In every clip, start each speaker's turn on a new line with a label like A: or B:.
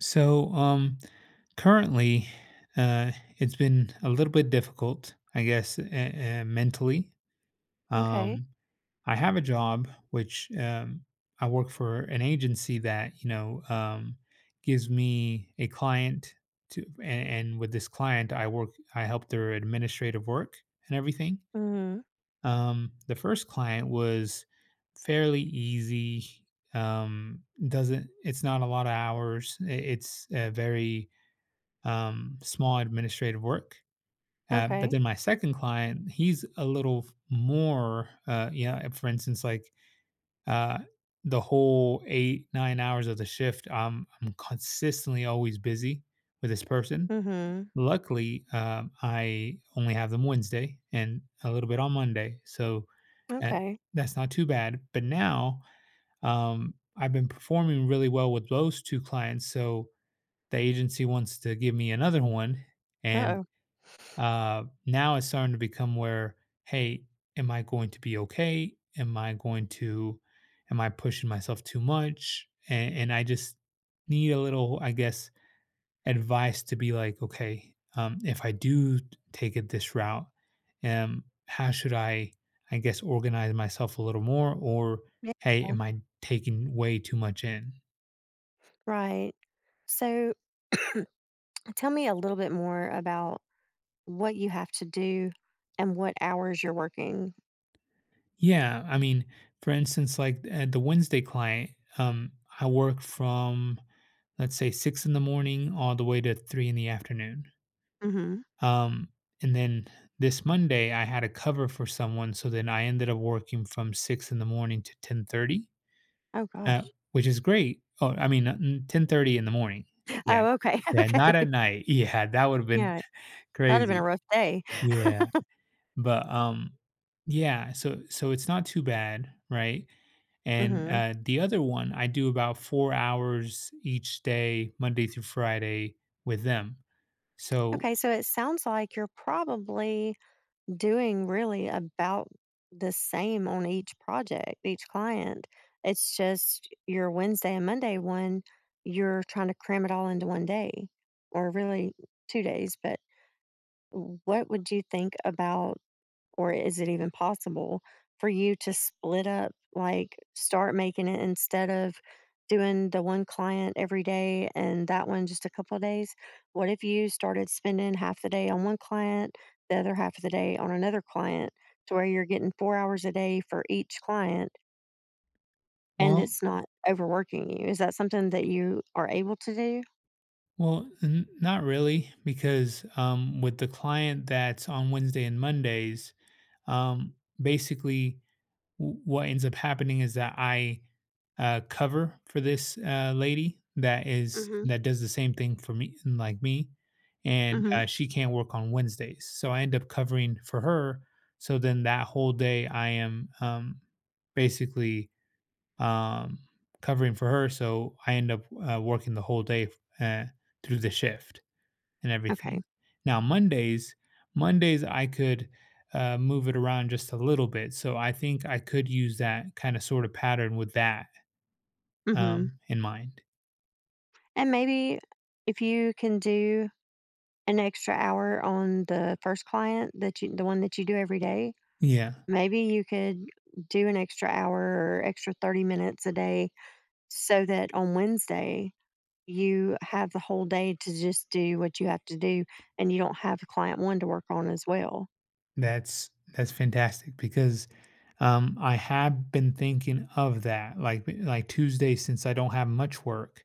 A: So, um, currently, uh, it's been a little bit difficult, I guess, mentally.
B: Okay.
A: Um, I have a job which I work for an agency that gives me a client and with this client, I work, I help their administrative work and everything.
B: Mhm.
A: The first client was fairly easy. Doesn't It's not a lot of hours. It's very small administrative work. But
B: Okay.
A: then my second client, he's a little more, for instance, like uh, the whole 8, 9 hours of the shift, I'm consistently always busy with this person.
B: Mhm.
A: Luckily, I only have them Wednesday and a little bit on Monday. So uh,
B: Okay.
A: that's not too bad. But now I've been performing really well with those two clients. So the agency wants to give me another one. And
B: Uh-oh.
A: now it's starting to become where, hey, am I going to be okay? Am I pushing myself too much? And I just need a little, I guess, advice to be like, okay, if I do take it this route, how should I guess, organize myself a little more? Or,
B: Yeah.
A: hey, am I taking way too much in?
B: Right. So, tell me a little bit more about what you have to do and what hours you're working.
A: Yeah, I mean, for instance, like at the Wednesday client, um, I work from let's say 6 in the morning all the way to 3 in the afternoon.
B: Mhm.
A: Um, and then This Monday, I had a cover for someone, so then I ended up working from 6 in the morning to 10:30,
B: Oh
A: uh,
B: gosh.
A: which is great. Oh, I mean, 10:30 in the morning. Yeah,
B: Oh, okay.
A: yeah,
B: Okay.
A: not at night. Yeah, that would have been
B: Yeah. That'd have been a
A: crazy.
B: rough day.
A: Yeah. But, yeah, so it's not too bad, right? And,
B: Mhm.
A: the other one, I do about 4 hours each day, Monday through Friday with them. So
B: Okay, so it sounds like you're probably doing really about the same on each project, each client. It's just your Wednesday and Monday one, you're trying to cram it all into one day or really 2 days. But what would you think about, or is it even possible for you to split up, like start making it, instead of doing the one client every day and that one just a couple of days, what if you started spending half the day on one client, the other half of the day on another client, to where you're getting 4 hours a day for each client and
A: well
B: it's not overworking you? Is that something that you are able to do?
A: n not really because, with the client that's on Wednesday and Mondays, um, basically what ends up happening is that I cover for this lady that is
B: Mm-hmm.
A: that does the same thing for me like me, and
B: Mm-hmm.
A: she can't work on Wednesdays, so I end up covering for her. So then that whole day I am basically um, covering for her, so I end up working the whole day uh, through the shift and
B: Okay.
A: everything. Now Mondays, Mondays I could move it around just a little bit, so I think I could use that kind of sort of pattern with that
B: Mm-hmm.
A: in mind.
B: And maybe if you can do an extra hour on the first client that you, the one that you do every day,
A: Yeah,
B: maybe you could do an extra hour or extra 30 minutes a day so that on Wednesday you have the whole day to just do what you have to do and you don't have client 1 to work on as well.
A: that's that's fantastic because I have been thinking of that, like Tuesday since I don't have much work.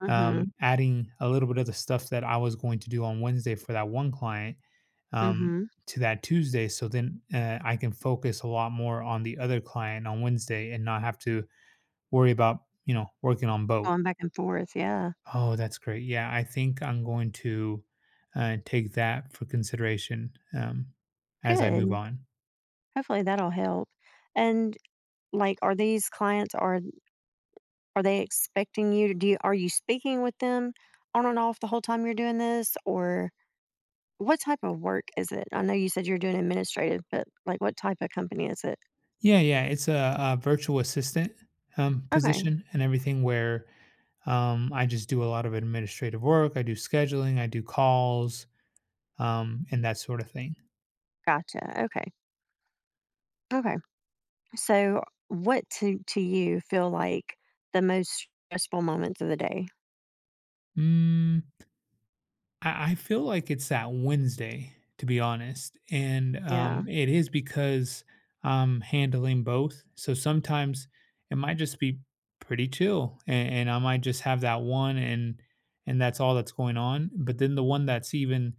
B: Mhm.
A: Adding a little bit of the stuff that I was going to do on Wednesday for that one client um,
B: Mhm.
A: to that Tuesday. So then I can focus a lot more on the other client on Wednesday and not have to worry about, you know, working on both.
B: Going back and forth, yeah.
A: Oh, that's great. Yeah, I think I'm going to take that for consideration as I move
B: Good.
A: on.
B: Hopefully that'll help. And, like, are these clients are they expecting you to do, are you speaking with them on and off the whole time you're doing this, or what type of work is it? I know you said you're doing administrative, but like what type of company is it?
A: Yeah, yeah, it's a virtual assistant
B: Okay,
A: position and everything where I just do a lot of administrative work. I do scheduling. I do calls, and that sort of thing.
B: gotcha. Okay, okay. So, what to you feel like the most stressful moments of the day?
A: Mm, I feel like it's that Wednesday, to be honest, and
B: Yeah.
A: it is because I'm handling both. So sometimes it might just be pretty chill, and I might just have that one, and that's all that's going on. But then the one that's even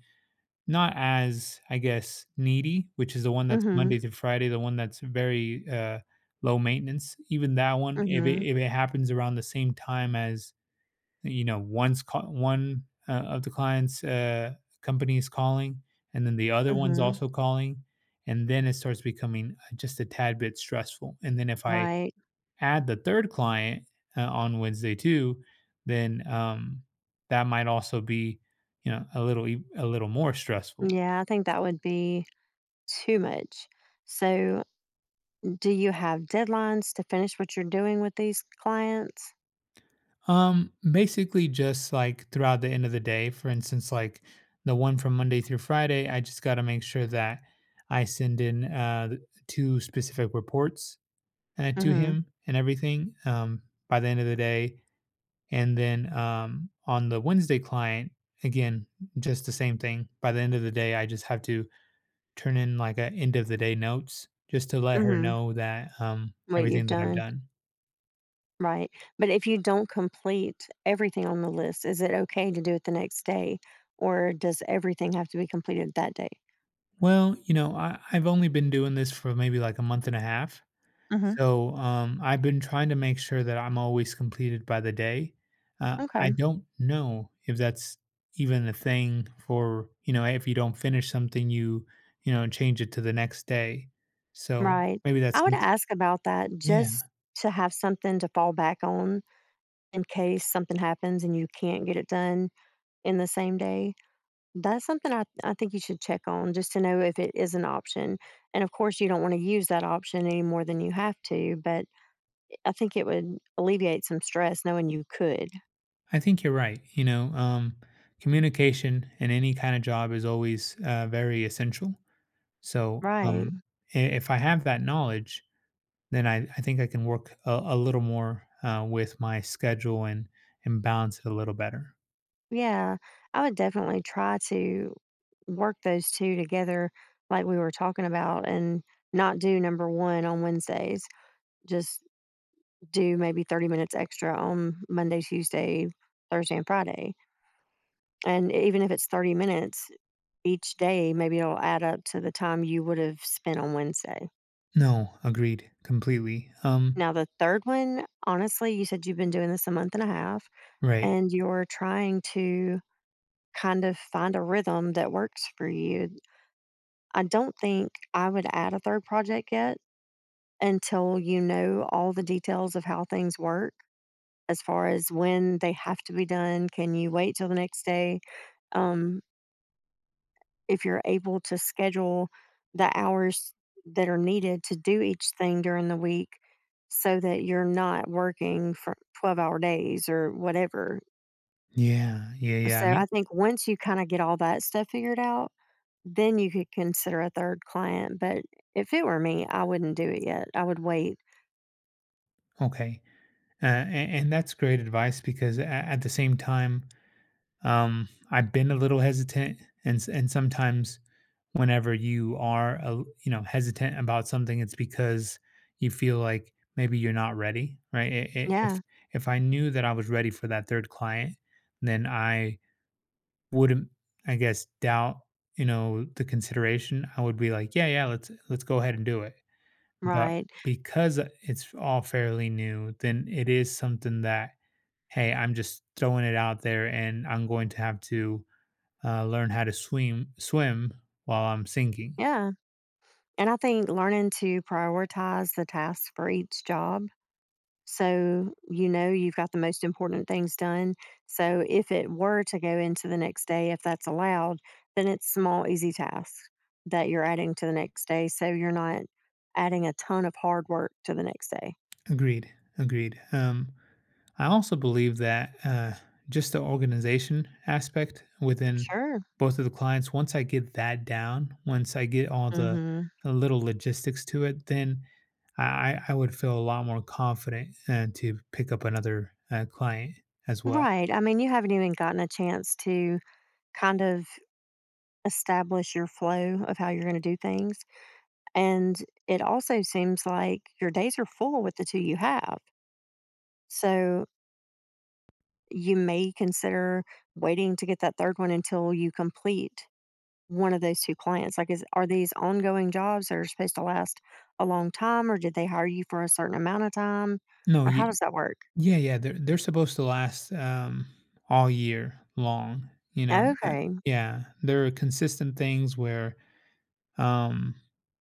A: not as, I guess, needy, which is the one that's
B: Mm-hmm.
A: Monday to Friday, the one that's very, low maintenance. Even that one, if it
B: Mm-hmm.
A: if it happens around the same time as, you know, one, of the client's, company is calling, and then the other one's
B: Mm-hmm.
A: also calling, and then it starts becoming, just a tad bit stressful, and then if I
B: Right.
A: add the 3rd client, on Wednesday too, then, that might also be, you know, a little more stressful.
B: Yeah, I think that would be too much. So, do you have deadlines to finish what you're doing with these clients?
A: Basically just like throughout the end of the day. For instance, like the one from Monday through Friday, I just got to make sure that I send in two specific reports to
B: Mm-hmm.
A: him and everything by the end of the day. And then on the Wednesday client, again, just the same thing. By the end of the day, I just have to turn in like a end of the day notes just to let her
B: Mm-hmm.
A: know that
B: What you've
A: everything that I've
B: done?
A: done.
B: Right, but if you don't complete everything on the list, is it okay to do it the next day, or does everything have to be completed that day?
A: Well, you know, I've only been doing this for maybe like a month and a half.
B: Mhm.
A: So I've been trying to make sure that I'm always completed by the day. I
B: Okay,
A: don't know if that's even a thing for, you know, if you don't finish something, you know, change it to the next day. So
B: right.
A: maybe that's,
B: I would ask about that
A: yeah,
B: just to have something to fall back on in case something happens and you can't get it done in the same day. That's something I think you should check on, just to know if it is an option, and, of course, you don't wanna use that option any more than you have to, but I think it would alleviate some stress knowing you could.
A: I think you're right. You know, communication in any kind of job is always very essential. So
B: Right.
A: if I have that knowledge, then I think I can work a little more with my schedule and balance it a little better.
B: Yeah, I would definitely try to work those 2 together like we were talking about and not do number 1 on Wednesdays. Just do maybe 30 minutes extra on Monday, Tuesday, Thursday, and Friday. And even if it's 30 minutes each day, maybe it'll add up to the time you would have spent on Wednesday.
A: No, agreed completely.
B: Now, the third one, honestly, you said you've been doing this a month and a half,
A: Right.
B: and you're trying to kind of find a rhythm that works for you. I don't think I would add a third project yet until you know all the details of how things work as far as when they have to be done. Can you wait till the next day? Um, if you're able to schedule the hours that are needed to do each thing during the week so that you're not working for 12-hour days or whatever.
A: Yeah, yeah, yeah. I
B: So
A: mean,
B: I think once you kind of get all that stuff figured out, then you could consider a third client, but if it were me, I wouldn't do it yet. I would wait.
A: okay. And that's great advice because at the same time, I've been a little hesitant, and sometimes whenever you are a you know hesitant about something, it's because you feel like maybe you're not ready, right? I- I- If
B: Yeah,
A: if I knew that I was ready for that third client, then I wouldn't, I guess, doubt, you know, the consideration. I would be like, yeah, yeah, let's go ahead and do it. But
B: right.
A: because it's all fairly new, then it is something that hey, I'm just throwing it out there, and I'm going to have to learn how to swim while I'm sinking.
B: Yeah. And I think learning to prioritize the tasks for each job, so you know you've got the most important things done. So if it were to go into the next day, if that's allowed, then it's small, easy tasks that you're adding to the next day. So you're not adding a ton of hard work to the next day.
A: Agreed. Agreed. I also believe that just the organization aspect within
B: Sure.
A: both of the clients, once I get that down, once I get all the
B: Hmm.
A: little logistics to it, then I would feel a lot more confident to pick up another client as well.
B: Right. I mean, you haven't even gotten a chance to kind of establish your flow of how you're going to do things. And it also seems like your days are full with the two you have. So you may consider waiting to get that third one until you complete one of those two clients. Like, are these ongoing jobs that are supposed to last a long time, or did they hire you for a certain amount of time?
A: No,
B: Or how
A: you,
B: does that work?
A: Yeah, yeah, they're supposed to last, all year long, you know,
B: Okay.
A: yeah, they're consistent things where, um,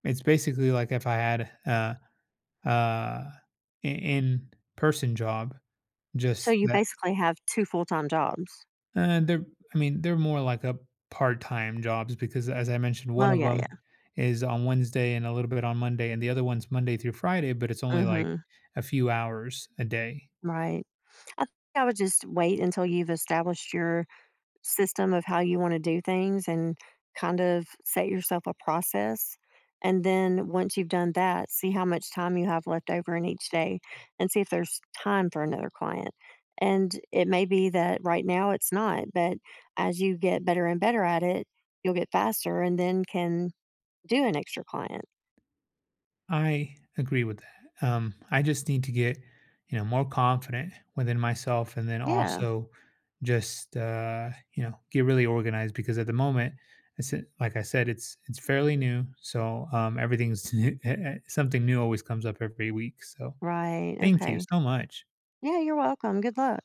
A: it's basically like if I had a, uh, I in-person job,
B: So
A: just
B: you
A: that
B: basically have two full time jobs.
A: they're I mean, they're more like a part-time jobs because as I mentioned, one
B: Well,
A: of
B: yeah,
A: them
B: yeah.
A: is on Wednesday and a little bit on Monday, and the other one's Monday through Friday, but it's only like
B: Hmm.
A: a few hours a day.
B: Right. I think I would just wait until you've established your system of how you want to do things and kind of set yourself a process. And then once you've done that, see how much time you have left over in each day and see if there's time for another client. And it may be that right now it's not, but as you get better and better at it, you'll get faster and then can do an extra client.
A: I agree with that. I just need to get, you know, more confident within myself, and then
B: Yeah.
A: also just, you know, get really organized because at the moment, it's like I said, it's fairly new, so everything's new, something new always comes up every week. So
B: Right.
A: thank you
B: Okay.
A: so much.
B: Yeah, you're welcome. Good luck.